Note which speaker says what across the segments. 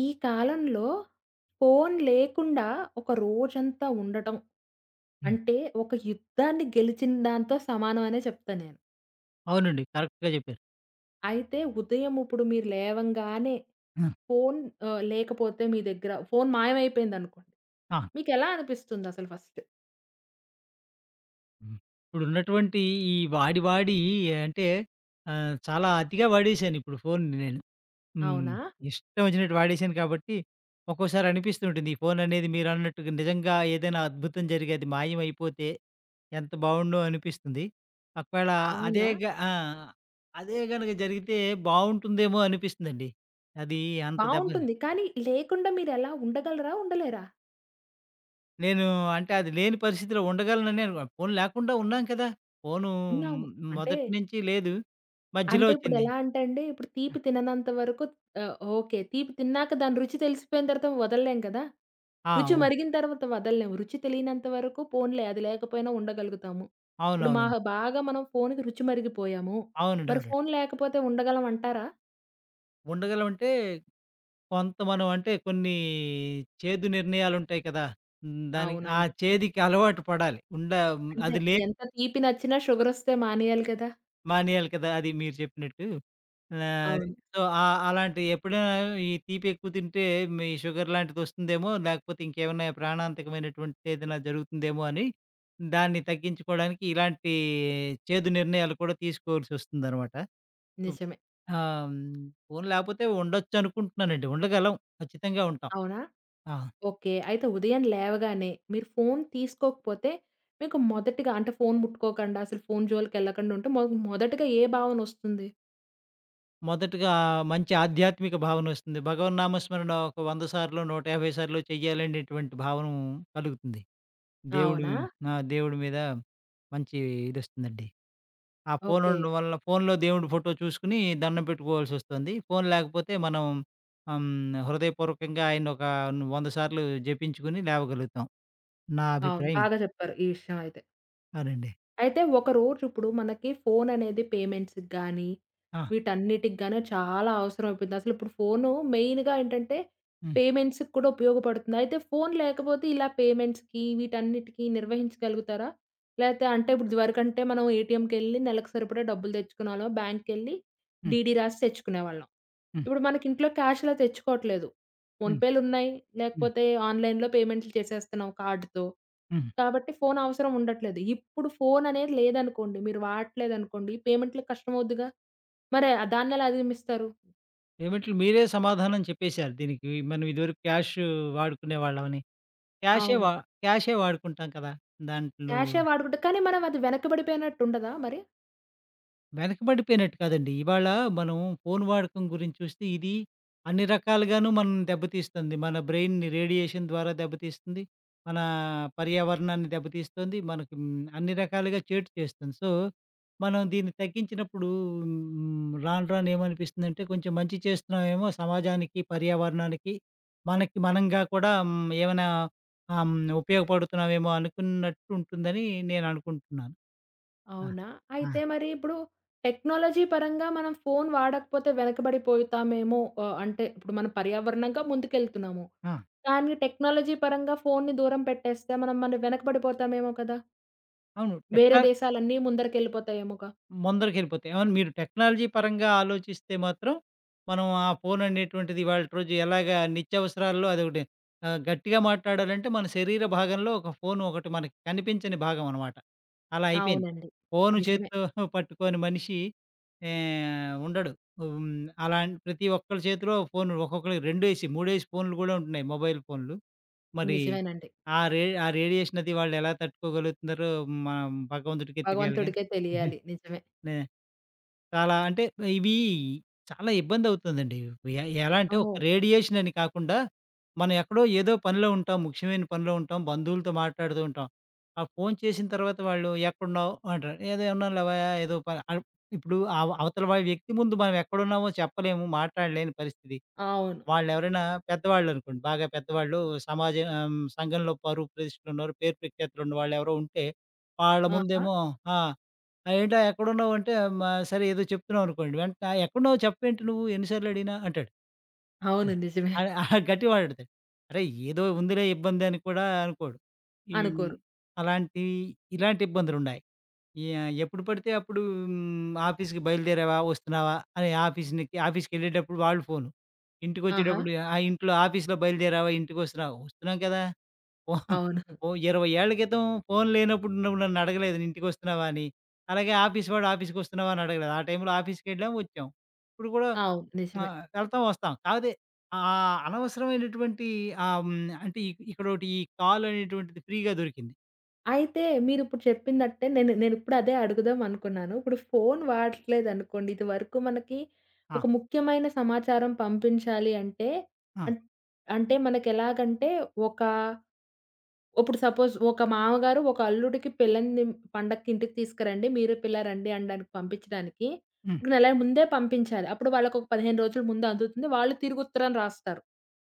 Speaker 1: ఈ కాలంలో ఫోను లేకుండా ఒక రోజంతా ఉండటం
Speaker 2: హ్మ్.
Speaker 1: అంటే, ఒక యుద్ధాన్ని గెలిచిన దాంతో సమానం అనే చెప్తా నేను.
Speaker 2: అవునండి. కరెక్ట్‌గా జెప్పారు.
Speaker 1: అయితే ఉదయం ఇప్పుడు మీరు లేవంగానే
Speaker 2: హ్మ్.
Speaker 1: ఫోను లేకపోతే మీ దగ్గర ఫోను మాయమైపోయిందనుకోండి.
Speaker 2: ఆ!
Speaker 1: మీకెలా అనిపిస్తుందసలు ఫస్ట్?
Speaker 2: హ్మ్. ఇప్పుడున్నటువంటి ఈ వాడి వాడి అంటే చాలా అతిగా వాడేశాను ఇప్పుడు ఫోన్‌ని నేను. హ్మ్.
Speaker 1: అవునా?
Speaker 2: ఇష్టం వచ్చినట్టు వాడేశాను కాబట్టి ఒక్కోసారి అనిపిస్తూ ఉంటుంది. ఈ ఫోన్ అనేది మీరన్నట్టుగా నిజంగా ఏదైనా అద్భుతం జరిగి అది మాయమైపోతే ఎంత బావుండు అనిపిస్తుంది. ఒకవేళ అదే
Speaker 1: అవునా?
Speaker 2: గ ఆ! అదే గనక జరిగితే బావుంటుందేమో అనిపిస్తుందండి. అది అంత దెబ్బ.
Speaker 1: బావుంటుంది. కానీ లేకుండా మీరెలా ఉండగలరా? ఉండలేరా?
Speaker 2: నేను, అంటే అది లేని పరిస్థితిలో ఉండగలనని అనుకో, ఫోను లేకుండా ఉన్నాం కదా! ఫోను
Speaker 1: ఉన్నాము. అంటే,
Speaker 2: మొదటి నుంచి లేదు. మధ్యలో
Speaker 1: అంటే
Speaker 2: వచ్చింది.
Speaker 1: ఇప్పుడెలా అంటే అండి, ఇప్పుడు తీపి తిననంత వరకు ఓకే. తీపి తిన్నాక దాని రుచి తెలిసిపోయిన తర్వాత వదలలేం కదా!
Speaker 2: ఆ!
Speaker 1: రుచి
Speaker 2: ఉ
Speaker 1: మరిగిన తర్వాత వదలలేము. రుచి తెలియనంత వరకు పోనీలే అది లేకపోయినా ఉండగలుగుతాము. ఇప్పుడు మాహ
Speaker 2: అవునవునవును.
Speaker 1: బాగా మనం ఫోనుకి రుచి మరిగిపోయాము.
Speaker 2: అవునండి.
Speaker 1: మరి
Speaker 2: అవునండి.
Speaker 1: ఫోను లేకపోతే ఉండగలం అంటారా?
Speaker 2: ఉండగలమంటే కొంత మనం అంటే కొన్ని చేదు నిర్ణయాలుంటాయి కదా! హ్మ్. దానికి ఆ
Speaker 1: అవునండి.
Speaker 2: చేదుకి అలవాటు పడాలి. ఉండ
Speaker 1: అంటే
Speaker 2: అది లే
Speaker 1: ఎంత తీపి నచ్చినా షుగరొస్తే మానేయాలి కదా!
Speaker 2: మానేయాలి కదా! అది మీరు చెప్పినట్టు. హ్మ్.
Speaker 1: అవును.
Speaker 2: సో, అలాంటి ఎప్పుడైనా ఈ తీపి ఎక్కువ తింటే మీ షుగర్ లాంటిదొస్తుందేమో, లేకపోతే ఇంకేమన్నా ప్రాణాంతకమైనటువంటిదేదైనా జరుగుతుందేమో అని దాన్ని తగ్గించుకోవడానికి ఇలాంటి చేదు నిర్ణయాలు కూడా తీసుకోవాల్సొస్తుందనమాట. హ్మ్.
Speaker 1: నిజమే.
Speaker 2: హ్మ్. పోనీ లేకపోతే ఉండొచ్చనుకుంటున్నానండి. ఉండగలం. ఖచ్చితంగా ఉంటాం.
Speaker 1: అవునా?
Speaker 2: ఆ!
Speaker 1: ఓకే. అయితే ఉదయం లేవగానే మీరు ఫోను తీసుకోకపోతే మీకు మొదటిగా అంటే ఫోను ముట్టుకోకుండా అసలు ఫోను జోలికెళ్ళకుండా ఉంటే మొదటగా ఏ భావనొస్తుంది?
Speaker 2: మొదటగా మంచి ఆధ్యాత్మిక భావనొస్తుంది. భగవన్నామస్మరణ ఒక 100 సార్లో, 150 సార్లో చెయ్యాలనేటువంటి భావన కలుగుతుంది. దేవుడు
Speaker 1: అవునా?
Speaker 2: ఆ! దేవుడి మీద మంచి ఇదొస్తుందండి. ఆ ఫోన్
Speaker 1: ఓకే.
Speaker 2: ఉండడం వల్ల ఫోన్‌లో దేవుడి ఫోటో చూసుకొని దండం పెట్టుకోవాల్సొస్తుంది. ఫోన్ లేకపోతే మనం హృదయపూర్వకంగా ఆయన ఒక 100 సార్లు జపించుకొని లేవగలుగుతాం. నా
Speaker 1: అవును.
Speaker 2: అభిప్రాయం ఇది.
Speaker 1: బాగా చెప్పారు ఈ విషయం అయితే.
Speaker 2: అవునండి.
Speaker 1: అయితే ఒక రోజిప్పుడు మనకి ఫోననేది పేమెంట్స్‌కి గానీ,
Speaker 2: ఆ!
Speaker 1: వీటన్నిటికి గానీ చాలా అవసరం అయిపోయింది. అసలిప్పుడు ఫోను మెయిన్‌గా ఏంటంటే,
Speaker 2: హ్మ్.
Speaker 1: పేమెంట్స్‌కి కూడా ఉపయోగపడుతుంది. అయితే ఫోను లేకపోతే ఇలా పేమెంట్స్‌కి వీటన్నిటికి నిర్వహించగలుగుతారా? లేతే అంటే ఇప్పుడు ఇదివరకంటే మనం ఏటీఎంకెళ్ళి నెలకు సరిపడా డబ్బులు తెచ్చుకునేవాళ్ళం. బ్యాంక్‌కెళ్ళి
Speaker 2: హ్మ్.
Speaker 1: డీడీ రాసి తెచ్చుకునేవాళ్ళం.
Speaker 2: హ్మ్.
Speaker 1: ఇప్పుడు మనకింట్లో క్యాష్‌లా తెచ్చుకోవట్లేదు.
Speaker 2: హ్మ్.
Speaker 1: ఫోన్‌పేలున్నాయి.
Speaker 2: హ్మ్.
Speaker 1: లేకపోతే ఆన్‌లైన్‌లో పేమెంట్లు చేసేస్తున్నాం కార్డ్‌తో.
Speaker 2: హ్మ్.
Speaker 1: కాబట్టి ఫోను అవసరం ఉండట్లేదు. ఇప్పుడు ఫోననేది లేదనుకోండి, మీరు వాడట్లేదనుకోండి, పేమెంట్‌లకి కష్టమవుద్దిగా. మరి దాన్నెలా అధిగమిస్తారు?
Speaker 2: పేమెంట్‌లు మీరే సమాధానం చెప్పేసారు దీనికి. మనం ఇదివరకు క్యాష్ వాడుకునేవాళ్ళమని. క్యాషే
Speaker 1: అవును.
Speaker 2: వా క్యాషే వాడుకుంటాం కదా! దాంట్లో
Speaker 1: క్యాషే వాడుకుంటే కానీ మనం అది వెనకబడిపోయినట్టుండదా మరి?
Speaker 2: వెనకబడిపోయినట్టు కాదండి. ఇవాళ మనం ఫోను వాడకం గురించి చూస్తే ఇది అన్ని రకాలుగాను మనల్ని దెబ్బతీస్తుంది. మన బ్రెయిన్‌ని రేడియేషన్ ద్వారా దెబ్బతీస్తుంది. మన పర్యావరణాన్ని దెబ్బతీస్తుంది. మనకి హ్మ్, అన్ని రకాలుగా చేటు చేస్తుంది. సో, మనం దీన్ని తగ్గించినప్పుడు హ్మ్, రాను రాను ఏమనిపిస్తుందంటే కొంచెం మంచి చేస్తున్నామేమో సమాజానికి, పర్యావరణానికి, మనకి మనంగా కూడా హ్మ్, ఏమైనా ఆహ్, హ్మ్, ఉపయోగపడుతున్నామేమో అనుకున్నట్టు ఉంటుందని నేను అనుకుంటున్నాను. ఆ!
Speaker 1: అవునా?
Speaker 2: ఆ!
Speaker 1: అయితే మరి ఇప్పుడు టెక్నాలజీ పరంగా మనం ఫోను వాడకపోతే వెనకబడిపోతామేమో అంటే ఇప్పుడు మనం పర్యావరణంగా ముందుకెళ్తున్నాము.
Speaker 2: ఆ!
Speaker 1: కానీ టెక్నాలజీ పరంగా ఫోనుని దూరం పెట్టేస్తే మనం మనం వెనకబడిపోతామేమో కదా!
Speaker 2: అవును.
Speaker 1: వేరే దేశాలన్నీ ముందరికెళ్ళిపోతాయేమోగా!
Speaker 2: ముందరికెళ్ళిపోతాయి. అవును మీరు టెక్నాలజీ పరంగా ఆలోచిస్తే మాత్రం, మనం ఆ ఫోన్ అనేటువంటిది ఇవాల్టి రోజు ఎలాగా నిత్యావసరాల్లో అదొకటి. గట్టిగా మాట్లాడాలంటే మన శరీర భాగంలో ఒక ఫోన్ ఒకటి మనకి కనిపించని భాగం అనమాట. అలా అయిపోయింది.
Speaker 1: అవునండి.
Speaker 2: ఫోను
Speaker 1: నిజమే.
Speaker 2: చేత్తో పట్టుకోని మనిషి ఉండడు. హ్మ్. అలాంటి ప్రతి ఒక్కళ్ళ చేతిలో ఫోను ఒక్కొక్కళ్ళకి రెండేసి, మూడేసి ఫోన్లు గూడా ఉంటున్నాయి మొబైల్ ఫోన్లు. మరి
Speaker 1: నిజమేనండి.
Speaker 2: ఆ రేడియేషన్ అది వాళ్ళు ఎలా తట్టుకోగలుగుతున్నారో మనం భగవంతుడికే తెలియాలిగా.
Speaker 1: భగవంతుడికే
Speaker 2: నే
Speaker 1: తెలియాలి. నిజమే.
Speaker 2: చాలా అంటే ఇవి చాలా ఇబ్బందవుతుందండి. ఎలా అంటే ఒక
Speaker 1: ఓహో!
Speaker 2: రేడియేషన్ అని కాకుండా, మనం ఎక్కడో ఏదో పనిలో ఉంటాం. ముఖ్యమైన పనిలో ఉంటాం. బంధువులతో మాట్లాడుతూ ఉంటాం. ఆ ఫోను చేసిన తర్వాత వాళ్ళు ఎక్కడున్నావు అంటారు. ఏదో ఉన్నాను లేవయ్య ఏదో పని అ ఇప్పుడు అవతల వాడి వ్యక్తి ముందు మనం ఎక్కడున్నామో చెప్పలేము. మాట్లాడలేని పరిస్థితి.
Speaker 1: అవును.
Speaker 2: వాళ్ళెవరైనా పెద్దవాళ్ళనుకోండి. బాగా పెద్దవాళ్ళు, సమాజం సంఘంలో పరువు ప్రతిష్టలున్నవారు, పేరు ప్రఖ్యాతులున్న వాళ్ళెవరో ఉంటే, వాళ్ళ
Speaker 1: ఆహా!
Speaker 2: ముందేమో ఆ! ఆ, "ఏంటా ఎక్కడున్నావంటే," "మా సరే ఏదో చెప్తున్నావు" అనుకోండి. వెంటనే "ఎక్కడున్నావో చెప్పేంటి నువ్వు ఎన్ని సార్లు అడిగినా" అంటాడు.
Speaker 1: అవును. నిజమే.
Speaker 2: ఆహా! గట్టిగా మాటాడతాడు. అరేయ్! ఏదో ఉందిలే ఇబ్బంది అని కూడా అనుకోడు. ఈ హ్మ్,
Speaker 1: అనుకోరు.
Speaker 2: అలాంటి ఇలాంటి ఇబ్బందులున్నాయి. ఎప్పుడు పడితే అప్పుడు హ్మ్, ఆఫీస్‌కి బయలుదేరావా? వస్తున్నావా? అని ఆఫీస్‌కెళ్ళేటప్పుడు వాళ్ళు ఫోను.
Speaker 1: ఆహా!
Speaker 2: ఇంటికొచ్చేటప్పుడు ఆ! ఇంట్లో ఆఫీస్‌లో బయలుదేరావా? ఇంటికొస్తున్నావా? వస్తున్నాం కదా! ఓ
Speaker 1: అవును.
Speaker 2: ఓ 20 ఏళ్ల క్రితం ఫోను లేనప్పుడు నువ్వు నన్ను అడగలేదు ఇంటికొస్తున్నావా అని. అలాగే ఆఫీస్ వాడు ఆఫీస్‌కొస్తున్నావా అని అడగలేదు. ఆ టైంలో ఆఫీస్‌కెళ్ళాం, వచ్చాం. ఇప్పుడు కూడా
Speaker 1: అవును. నిజమే.
Speaker 2: వెళ్తాం, వస్తాం. కాపోతే అనవసరమైనటువంటి అంటే ఇక్కడోకటి ఈ కాల్ అనేటువంటిది ఫ్రీగా దొరికింది.
Speaker 1: అయితే మీరిప్పుడు చెప్పిందట్టే నేను అదే అడుగుదాం అనుకున్నాను. ఇప్పుడు ఫోను వాడట్లేదనుకోండి. ఇదివరకు మనకి
Speaker 2: ఆ!
Speaker 1: ఒక ముఖ్యమైన సమాచారం పంపించాలి అంటే,
Speaker 2: ఆ!
Speaker 1: అన్ అంటే మనకెలాగంటే ఒక ఇప్పుడు సపోజ్ ఒక మామగారు ఒక అల్లుడికి పిల్లని పండక్కి ఇంటికి తీసుకురండి. మీరు పిల్ల రండి అనడానికి పంపించడానికి
Speaker 2: హ్మ్.
Speaker 1: ఒక నెల ముందే పంపించాలి. అప్పుడు వాళ్ళకొక 15 రోజుల ముందు అందుతుంది. వాళ్ళు తిరిగి ఉత్తరం రాస్తారు.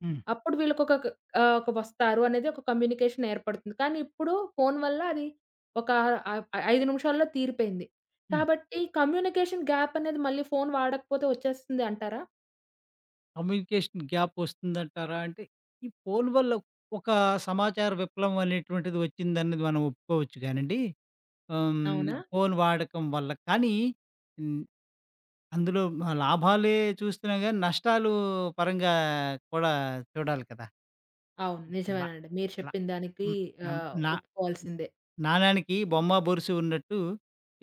Speaker 2: హ్మ్.
Speaker 1: అప్పుడు వీళ్ళకొక ఒక వస్తారు అనేది ఒక కమ్యూనికేషన్ ఏర్పడుతుంది. కానీ ఇప్పుడు ఫోను వల్ల అది ఒక ఆహ్, 5 నిమిషాల్లో తీరిపోయింది.
Speaker 2: హ్మ్.
Speaker 1: కాబట్టి కమ్యూనికేషన్ గ్యాప్ అనేది మళ్ళీ ఫోను వాడకపోతే వచ్చేస్తుంది అంటారా?
Speaker 2: కమ్యూనికేషన్ గ్యాప్ వస్తుందంటారా? అంటే ఈ ఫోను వల్ల ఒక సమాచార విప్లవం అనేటువంటిది వచ్చిందన్నది మనం ఒప్పుకోవచ్చు కానండి. హ్మ్.
Speaker 1: అవునా?
Speaker 2: ఫోను వాడకం వల్ల. కానీ హ్మ్, అందులో లాభాలే చూస్తున్నాం గానీ నష్టాలు పరంగా కూడా చూడాలి కదా!
Speaker 1: అవును.
Speaker 2: ల
Speaker 1: నిజమేనండి. మీరు
Speaker 2: ల
Speaker 1: చెప్పిన దానికి
Speaker 2: హ్మ్. అం నా
Speaker 1: ఒప్పుకోవాల్సిందే.
Speaker 2: నాణానికి బొమ్మ, బొరుసు ఉన్నట్టు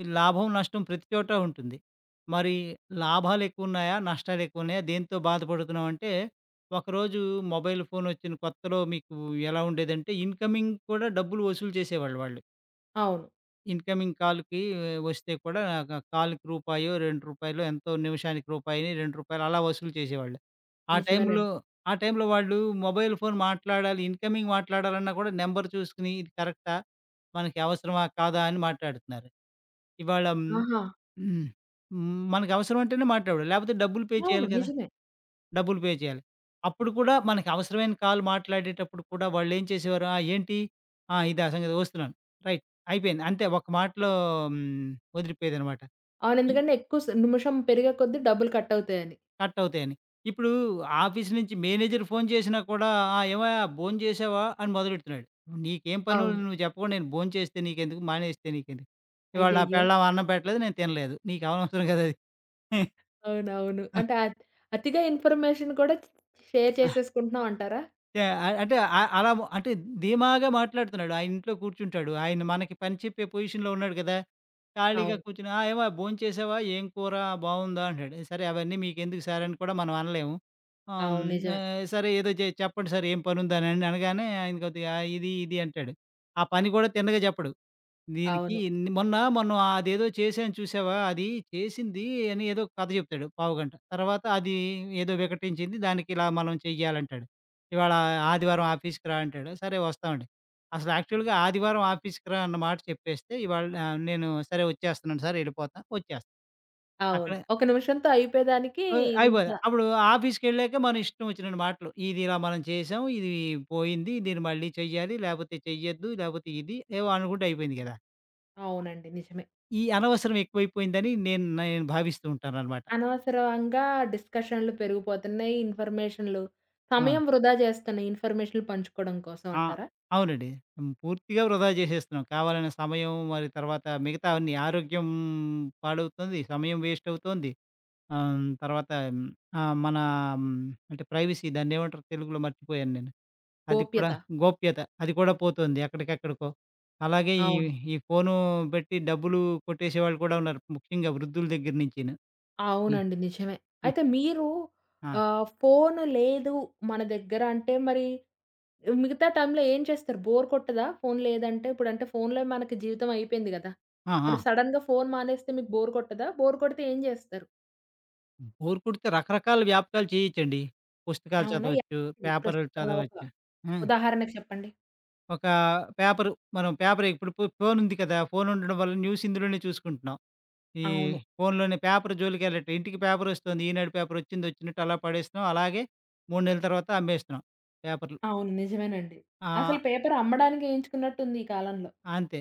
Speaker 2: ఈ లాభం, నష్టం ప్రతి చోట ఉంటుంది. మరి లాభాలెక్కువున్నాయా? నష్టాలెక్కువున్నాయా? దేంతో బాధపడుతున్నామంటే, ఒకరోజు మొబైల్ ఫోనొచ్చిన కొత్తలో మీకు ఎలా ఉండేదంటే, ఇన్‌కమింగ్ కూడా డబ్బులు వసూలు చేసేవాళ్ళు వాళ్ళు.
Speaker 1: అవును.
Speaker 2: ఇన్‌కమింగ్ కాల్‌కి వస్తే కూడా కాల్‌కి రూపాయో, రూ. 2 ఎంతో నిమిషానికి రూపాయిని, రూ. 2 అలా వసూలు చేసేవాళ్ళు. ఆ ఓకే. టైంలో
Speaker 1: నిజమేనండి.
Speaker 2: ఆ టైంలో వాళ్ళు మొబైల్ ఫోన్ మాట్లాడాలి, ఇన్‌కమింగ్ మాట్లాడాలన్నా కూడా నంబర్ చూసుకొని ఇది కరెక్టా? మనకి అవసరమా? కాదా? అని మాట్లాడుతున్నారు. ఇవాళ హ్మ్.
Speaker 1: ఆహా!
Speaker 2: హ్మ్. హ్మ్. మనకవసరం అంటేనే మాట్లాడాలి. లేపోతే డబ్బులు పే
Speaker 1: అవును.
Speaker 2: చేయాలి కదా!
Speaker 1: నిజమే.
Speaker 2: డబ్బులు పే చేయాలి. అప్పుడు కూడా మనకి అవసరమైన కాల్ మాట్లాడేటప్పుడు కూడా వాళ్ళేం చేసేవారు, "ఆ! ఏంటి? ఆ! ఇదా సంగతి, వస్తున్నాను. రైట్." అయిపోయింది. అంతే ఒక మాటలో హ్మ్, వదిలిపోయేదనమాట.
Speaker 1: అవును.
Speaker 2: ఈ
Speaker 1: ఎందుకంటే ఎక్కువ నిమిషం పెరిగే కొద్దీ డబ్బులు కట్ అవుతాయని.
Speaker 2: కట్ అవుతాయని. ఇప్పుడు ఆఫీస్ నుంచి మేనేజర్ ఫోను చేసినా కూడా, "ఆ! ఏమయ్యా భోంచేసావా?" అని మొదలెడుతున్నాడు. "నీకేం పనులు,
Speaker 1: అవును.
Speaker 2: నువ్వు చెప్పకుండా నేను భోంచేస్తే నీకెందుకు? మానేస్తే నీకెందుకు? ఇవాళ నా
Speaker 1: అయ్యయ్యో!
Speaker 2: పెళ్ళాం అన్నం పెట్టలేదు. నేను తినలేదు. నీకు అనవసరం కదా అది."
Speaker 1: అవునవును. అంటే అతిగా ఇన్ఫర్మేషన్ కూడా షేర్ చేసేసుకుంటున్నాం అంటారా?
Speaker 2: యాహ్! అ అంటే అలా అంటే ధీమాగా మాట్లాడుతున్నాడు. ఆయన ఇంట్లో కూర్చుంటాడు. ఆయన మనకి పని చెప్పే పొజిషన్‌లో ఉన్నాడు కదా! ఖాళీగా
Speaker 1: అవును.
Speaker 2: కూర్చొని, "ఆ! ఏమ్మా భోంచేసావా? ఏం కూర? బావుందా?" అంటాడు. సరే అవన్నీ మీకెందుకు సార్ అని కూడా మనం అనలేము. హ్మ్.
Speaker 1: అవును. నిజమే.
Speaker 2: సరే ఏదో చెప్పండి సార్ ఏం పనుందని అనగానే ఆయన కొద్దిగా "ఆ, ఇది, ఇది" అంటాడు. ఆ పని కూడా తిన్నగా చెప్పడు. దీనికి
Speaker 1: అవును.
Speaker 2: ఇన్ని మొన్న మొన్న అదేదో చేశాను చూసావా! అది చేసింది అని ఏదో కథ చెప్తాడు పావుగంట. తర్వాత అది ఏదో వికటించింది, దానికి ఇలా మనం చెయ్యాలంటాడు. ఇవాళ ఆదివారం ఆఫీస్‌కి రా అంటాడు. సరే వస్తామండి. అసలు యాక్చువల్‌గా ఆదివారం ఆఫీస్‌కి రా అన్న మాట చెప్పేస్తే ఇవాళ నేను సరే వచ్చేస్తున్నాను సార్, ఎళ్ళిపోతా వచ్చేస్తా. అక్కడ
Speaker 1: అవును. ఒక నిమిషంతో అయిపోయేదానికి ఇంత
Speaker 2: అయిపోదు. అప్పుడు ఆఫీస్‌కెళ్ళాక మన ఇష్టం వచ్చినన్ని మాటలు. ఇది ఇలా మనం చేసాం. ఇది పోయింది. దీన్ని మళ్ళీ చెయ్యాలి. లేపోతే చెయ్యొద్దు. లేపోతే ఇది ఏవో అనుకుంటే అయిపోయింది గదా!
Speaker 1: అవునండి. నిజమే.
Speaker 2: ఈ అనవసరం ఎక్కువైపోయిందని నేను నేను భావిస్తూ ఉంటాననమాట.
Speaker 1: అనవసరంగా డిస్కషన్‌లు పెరిగిపోతున్నాయి. ఇన్ఫర్మేషన్‌లు
Speaker 2: అవును.
Speaker 1: సమయం వృధా చేస్తున్నాయి ఇన్ఫర్మేషన్‌లు పంచుకోవడం కోసం
Speaker 2: ఆ!
Speaker 1: అంటారా?
Speaker 2: అవునండి. హ్మ్. పూర్తిగా వృధా చేసేస్తున్నాం. కావాలనే సమయం, మరి తర్వాత మిగతావన్నీ ఆరోగ్యం పాడవుతుంది. సమయం వేస్ట్ అవుతోంది. తర్వాత మన హ్మ్, అంటే ప్రైవసీ దాన్నేమంటారో తెలుగులో మర్చిపోయాను నేను. అది కూడా
Speaker 1: గోప్యత.
Speaker 2: గోప్యత, అది కూడా పోతుంది ఎక్కడికెక్కడికో. అలాగే ఈ
Speaker 1: అవును.
Speaker 2: ఈ ఫోను పెట్టి డబ్బులు కొట్టేసేవాళ్ళు కూడా ఉన్నారు. ముఖ్యంగా వృద్ధుల దగ్గర నుంచిను. ఈ
Speaker 1: అవునండి. నిజమే. అయితే మీరు
Speaker 2: ఆ! ఆ!
Speaker 1: ఫోను లేదు మన దగ్గర అంటే మరి మిగతా టైంలో ఏం చేస్తారు? బోర్ కొట్టదా ఫోను లేదంటే? ఇప్పుడంటే ఫోనులో మనకి జీవితం అయిపోయింది గదా! మరి
Speaker 2: ఆ!
Speaker 1: సడెన్‌గా ఫోను మానేస్తే మీకు బోర్ కొట్టదా? బోర్ కొడితే ఏం జేస్తారు?
Speaker 2: బోర్ కొడితే రకరకాల వ్యాపకాలు చేయొచ్చండి. పుస్తకాలు హ్మ్,
Speaker 1: అవునా?
Speaker 2: చదవచ్చు,
Speaker 1: ఎలాంటిది?
Speaker 2: పేపర్‌లు
Speaker 1: ఒక
Speaker 2: చదవచ్చు. హ్మ్.
Speaker 1: ఉదాహరణకు చెప్పండి.
Speaker 2: ఒక పేపరు, మనం పేపర్ ఇప్పుడు ఫోనుంది కదా! ఫోనుండడం వల్ల న్యూస్ ఇందులోనే చూసుకుంటున్నాం. ఈ
Speaker 1: అవును.
Speaker 2: ఫోనులోనే పేపర్ జోలికెళ్ళట్లే. ఇంటికి పేపరొస్తోంది. ఈనాడు పేపరొచ్చిందొచ్చినట్టు అలా పడేస్తున్నాం. అలాగే 3 నెలల తర్వాత అమ్మేస్తున్నాం పేపర్‌లు.
Speaker 1: అవును. నిజమేనండి.
Speaker 2: ఆ!
Speaker 1: అసలు పేపర్ అమ్మడానికి ఏయించుకున్నట్టుంది ఈ కాలంలో.
Speaker 2: అంతే.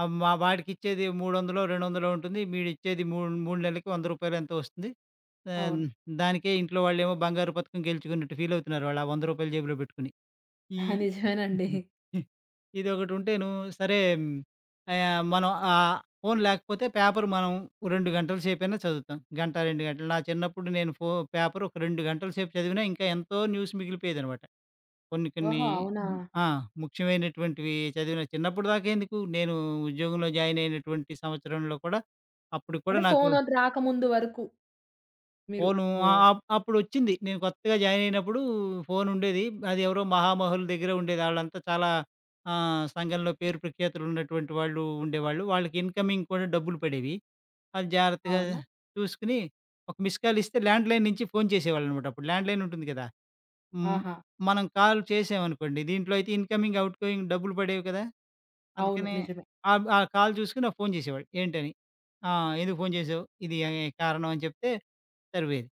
Speaker 2: మా వాడికిచ్చేది 300లో, 200లో ఉంటుంది. వీడిచ్చేది 3 నెలలకి రూ. 100 ఎంతో వస్తుంది. ఆహ్,
Speaker 1: అవును.
Speaker 2: దానికే ఇంట్లో వాళ్ళేమో బంగారు పతకం గెలుచుకున్నట్టు ఫీలవుతున్నారు వాళ్ళు, ఆ రూ. 100 జేబులో పెట్టుకొని. ఈ
Speaker 1: ఆ! నిజమేనండి.
Speaker 2: ఇదొకటుంటేను. సరే మనం, ఫోను లేకపోతే పేపర్ మనం 2 గంటల సేపైనా చదువుతాం. గంట, 2 గంటలు. నా చిన్నప్పుడు నేను పేపర్ ఒక 2 గంటల సేపు చదివినా ఇంకా ఎంతో న్యూస్ మిగిలిపోయేదనమాట. కొన్ని కొన్ని
Speaker 1: ఓహో! అవునా?
Speaker 2: ఆ! ముఖ్యమైనటువంటివి చదివిన చిన్నప్పుడు దాకా ఎందుకు, నేను ఉద్యోగంలో జాయిన్ అయినటువంటి సంవత్సరంలో కూడా అప్పుడు కూడా
Speaker 1: అంటే
Speaker 2: నాకు
Speaker 1: ఫోను అది రాకముందు వరకు మీరు
Speaker 2: ఫోను ఆ!
Speaker 1: ఓహ్!
Speaker 2: అప్పుడొచ్చింది. నేను కొత్తగా జాయిన్ అయినప్పుడు ఫోనుండేది. అది ఎవరో మహామహుల దగ్గర ఉండేది. ఆళ్ళంతా చాలా సంఘంలో పేరు ప్రఖ్యాతులు ఉన్నటువంటి వాళ్ళు ఉండేవాళ్ళు. వాళ్ళకి ఇన్‌కమింగ్ కూడా డబ్బులు పడేవి. అది జాగ్రత్తగా
Speaker 1: అవునా?
Speaker 2: చూసుకొని ఒక మిస్ కాల్ ఇస్తే ల్యాండ్‌లైన్ నుంచి ఫోను చేసేవాళ్ళనమాట. అప్పుడు ల్యాండ్‌లైన్ ఉంటుంది కదా! హ్మ్.
Speaker 1: ఆహా!
Speaker 2: మనం కాల్ చేసామనుకోండి, దీంట్లో అయితే ఇన్‌కమింగ్, ఔట్‌గోయింగ్ డబ్బులు పడేవి కదా!
Speaker 1: అవును.
Speaker 2: అందుకనే
Speaker 1: నిజమే.
Speaker 2: ఆ కాల్ చూసుకొని నాకు ఫోను చేసేవాడు ఏంటని. ఆ! "ఎందుకు ఫోను చేసావు? ఇది కారణం" అని చెప్తే సరిపోయేది.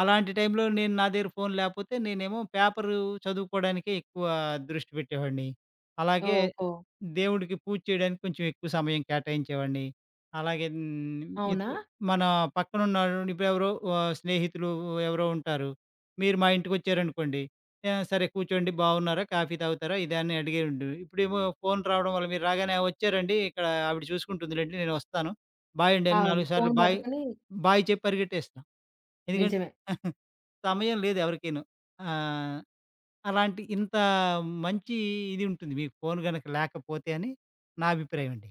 Speaker 2: అలాంటి టైంలో నేను నా దగ్గర ఫోను లేపోతే నేనేమో పేపరు చదువుకోవడానికే ఎక్కువ దృష్టి పెట్టేవాడిని. అలాగే
Speaker 1: ఓహో!
Speaker 2: దేవుడికి పూజ చేయడానికి కొంచెం ఎక్కువ సమయం కేటాయించేవాడిని. అలాగే హ్మ్,
Speaker 1: అవునా?
Speaker 2: ఇతర మన పక్కనున్న ఇప్పుడు ఎవరో స్నేహితులు ఎవరో ఉంటారు. మీరు మా ఇంటికొచ్చారనుకోండి సరే కూర్చోండి. బాగున్నారా? కాఫీ తాగుతారా? ఇదా అని అడిగేయుండు. ఇప్పుడేమో ఫోన్ రావడం వల్ల మీరు రాగానే "ఆ, వచ్చారండి. ఇక్కడ ఆవిడ చూసుకుంటుందిలెండి. నేను వస్తాను. బాయ్ అండి" అని
Speaker 1: అవును.
Speaker 2: 4 సార్లు
Speaker 1: ఫోను
Speaker 2: బాయ్,
Speaker 1: పట్టుకొని
Speaker 2: బాయ్ చెప్పి పరిగెట్టేస్తాం. ఎందుకంటే
Speaker 1: నిజమే.
Speaker 2: సమయం లేదు ఎవరికీను. ఆహ్, అలాంటి ఇంత మంచి ఇది ఉంటుంది, మీకు ఫోన్ గనక లేకపోతే అని నా అభిప్రాయం అండి.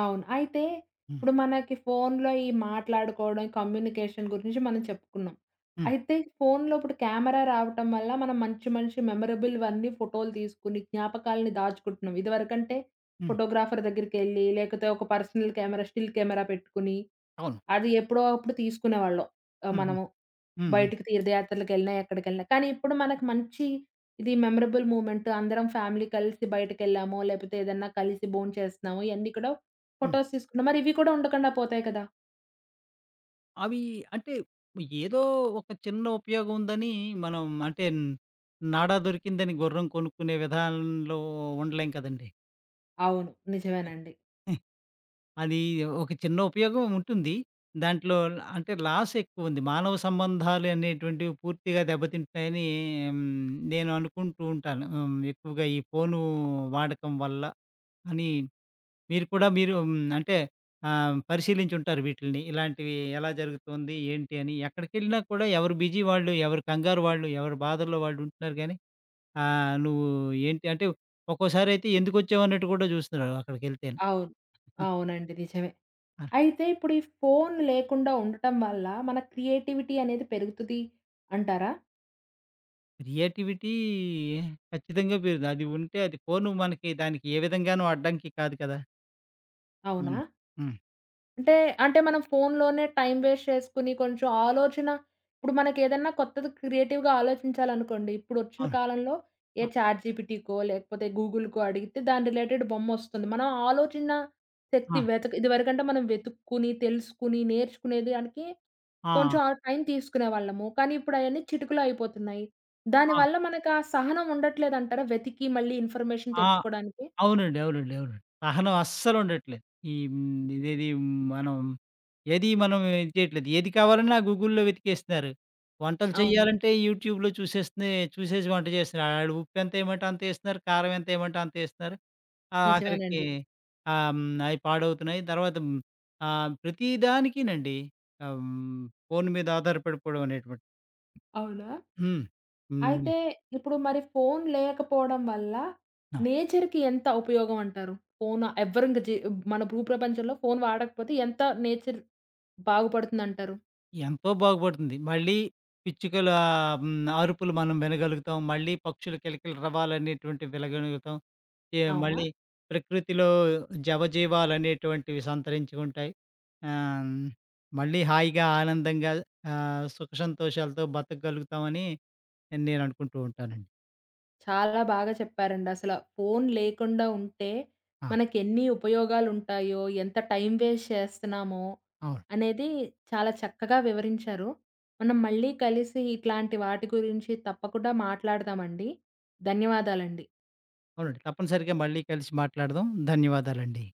Speaker 1: అవును. అయితే
Speaker 2: హ్మ్.
Speaker 1: ఇప్పుడు మనకి ఫోనులో ఈ మాట్లాడుకోవడం, కమ్యూనికేషన్ గురించి మనం చెప్పుకున్నాం.
Speaker 2: హ్మ్.
Speaker 1: అయితే ఫోనులో ఇప్పుడు కెమెరా రావటం వల్ల మనం మంచి మంచి మెమరబుల్ అన్నీ ఫోటోలు తీసుకొని, జ్ఞాపకాలని దాచుకుంటున్నాం. ఇదివరకంటే
Speaker 2: హ్మ్.
Speaker 1: ఫోటోగ్రాఫర్ దగ్గరికెళ్ళి, లేకపోతే ఒక పర్సనల్ కెమెరా, స్టిల్ కెమెరా పెట్టుకొని,
Speaker 2: అవును.
Speaker 1: అది ఎప్పుడో అప్పుడు తీసుకునేవాళ్ళం
Speaker 2: హ్మ్. హ్మ్.
Speaker 1: మనము.
Speaker 2: హ్మ్. హ్మ్.
Speaker 1: బయటికి తీర్థయాత్రలకెళ్ళినా, ఎక్కడికెళ్ళినా. కానీ ఇప్పుడు మనకు మంచి ఇది మెమరబుల్ మూమెంట్. అందరం ఫ్యామిలీ కలిసి బయటకెళ్ళామో, లేపోతే ఏదన్నా కలిసి భోంచేస్తున్నామో, ఇయన్నీ కూడా
Speaker 2: హ్మ్.
Speaker 1: ఫోటోస్ తీసుకున్నాం. మరి ఇవి కూడా ఉండకుండా పోతాయి కదా!
Speaker 2: అవి అంటే ఏదో ఒక చిన్న ఉపయోగం ఉందని మనం, అంటే నాడ దొరికిందని గుర్రం కొనుక్కునే విధానంలో ఉండలేం కదండీ.
Speaker 1: అవును. నిజమేనండి.
Speaker 2: అది ఒక చిన్న ఉపయోగం ఉంటుంది. దాంట్లో అంటే లాస్ ఎక్కువుంది. మానవ సంబంధాలు అనేటువంటివి పూర్తిగా దెబ్బతింటున్నాయని హ్మ్, నేను అనుకుంటూ ఉంటాను. హ్మ్, ఎక్కువగా ఈ ఫోను వాడకం వల్ల అని మీరు హ్మ్, అంటే పరిశీలించుంటారు వీటిల్ని. ఇలాంటివి ఎలా జరుగుతుంది? ఏంటి అని? ఎక్కడికెళ్ళినా కూడా ఎవరు బిజీ వాళ్ళు, ఎవరు కంగారు వాళ్ళు, ఎవరు బాధల్లో వాళ్ళు ఉంటున్నారు గానీ, నువ్వు ఏంటి అంటే ఒక్కోసారయితే ఎందుకొచ్చావన్నట్టు కూడా చూస్తున్నారు అక్కడికెళ్తేను.
Speaker 1: అవును. అవునండి. నిజమే.
Speaker 2: ఆ!
Speaker 1: అయితే ఇప్పుడు ఈ ఫోను లేకుండా ఉండటం వల్ల మన క్రియేటివిటీ అనేది పెరుగుతది అంటారా?
Speaker 2: క్రియేటివిటీ ఖచ్చితంగా పెరుగుతుంది. అది ఉంటే అది పోను మనకి దానికి ఏ విధంగాను అడ్డంకి కాదు కదా!
Speaker 1: అవునా?
Speaker 2: అవును. హ్మ్.
Speaker 1: అంటే, అంటే మనం ఫోనులోనే టైమ్ వేస్ట్ చేసుకొని, కొంచెం ఆలోచన ఇప్పుడు మనకేదన్నా కొత్తది క్రియేటివ్‌గా ఆలోచించాలనుకోండి, ఇప్పుడొచ్చిన
Speaker 2: అవును.
Speaker 1: కాలంలో ఏ
Speaker 2: ఆ!
Speaker 1: చాట్‌జీపీటీకో, లేకపోతే గూగుల్‌కో అడిగితే దాని రిలేటెడ్ బొమ్మొస్తుంది. మనం ఆలోచన శక్తి
Speaker 2: ఆ!
Speaker 1: వెతక ఇదివరకంటే మనం వెతుక్కుని, తెలుసుకుని, నేర్చుకునేది దానికి కొంచెం ఆ
Speaker 2: ఆ!
Speaker 1: టైం తీసుకునేవాళ్ళము. కానీ ఇప్పుడయన్నీ చిటికలో అయిపోతున్నాయి.
Speaker 2: ఆ! ఆ!
Speaker 1: దానివల్ల మనకు ఆ సహనం ఉండట్లేదంటారా? వెతికి మళ్ళీ ఇన్ఫర్మేషన్
Speaker 2: ఆ!
Speaker 1: తెచ్చుకోవడానికి?
Speaker 2: అవునండి. అవునండి. అవునండి. సహనం అస్సలుండట్లేదు. ఈ హ్మ్, ఇదేది మనం ఏది మనం ఇది చేయట్లేదు. ఏది కావాలన్నా గూగుల్‌లో వెతికేస్తున్నారు. వంటలు
Speaker 1: అవును.
Speaker 2: చేయాలంటే యూట్యూబ్‌లో చూసేసి వంట చేస్తున్నారు. ఆడు ఉప్పెంతేయమంటే అంతేస్తున్నారు. కారం ఎంతేయమంటే అంతేస్తున్నారు. ఆఖరికి
Speaker 1: నిజమేనండి.
Speaker 2: ఆహ్, హ్మ్. అయి పాడవుతున్నాయి. తర్వాత హ్మ్. ప్రతిదానికినండి ఆహ్, హ్మ్. ఫోను మీద ఆధారపడిపోవడం అనేటువంటిది.
Speaker 1: అవునా?
Speaker 2: హ్మ్. హ్మ్.
Speaker 1: అయితే ఇప్పుడు మరి ఫోను లేకపోవడం వల్ల నేచర్‌కి ఎంత ఉపయోగం అంటారు? ఫోను ఎవ్వరు ఇంక మన భూప్రపంచంలో ఫోను వాడకపోతే ఎంత నేచర్ బాగుపడుతుందంటారు?
Speaker 2: ఎంతో బాగుపడుతుంది. మళ్ళీ పిచ్చుకల ఆహ్, హ్మ్. అరుపులు మనం వినగలుగుతాం. మళ్ళీ పక్షుల కిలకిల రవాలనేటువంటివి వినగలుగుతాం.
Speaker 1: అవునా?
Speaker 2: మళ్ళీ ప్రకృతిలో జవజీవాలనేటువంటివి సంతరించి ఉంటాయి. హ్మ్. మళ్ళీ హాయిగా, ఆనందంగా, సుఖ సంతోషాలతో బతకగలుగుతామని నేననుకుంటూ ఉంటానండి.
Speaker 1: చాలా బాగా చెప్పారండి. అసల ఫోను లేకుండా ఉంటే
Speaker 2: ఆ!
Speaker 1: మనకెన్ని ఉపయోగాలుంటాయో, ఎంత టైం వేస్ట్ చేస్తున్నామో
Speaker 2: అవును.
Speaker 1: అనేది చాలా చక్కగా వివరించారు. మనం మళ్ళీ కలిసి ఇట్లాంటి వాటి గురించి తప్పకుండా మాట్లాడదామండి. ధన్యవాదాలండి.
Speaker 2: అవునండి. తప్పనిసరిగా మళ్ళీ కలిసి మాట్లాడదాం. ధన్యవాదాలండి.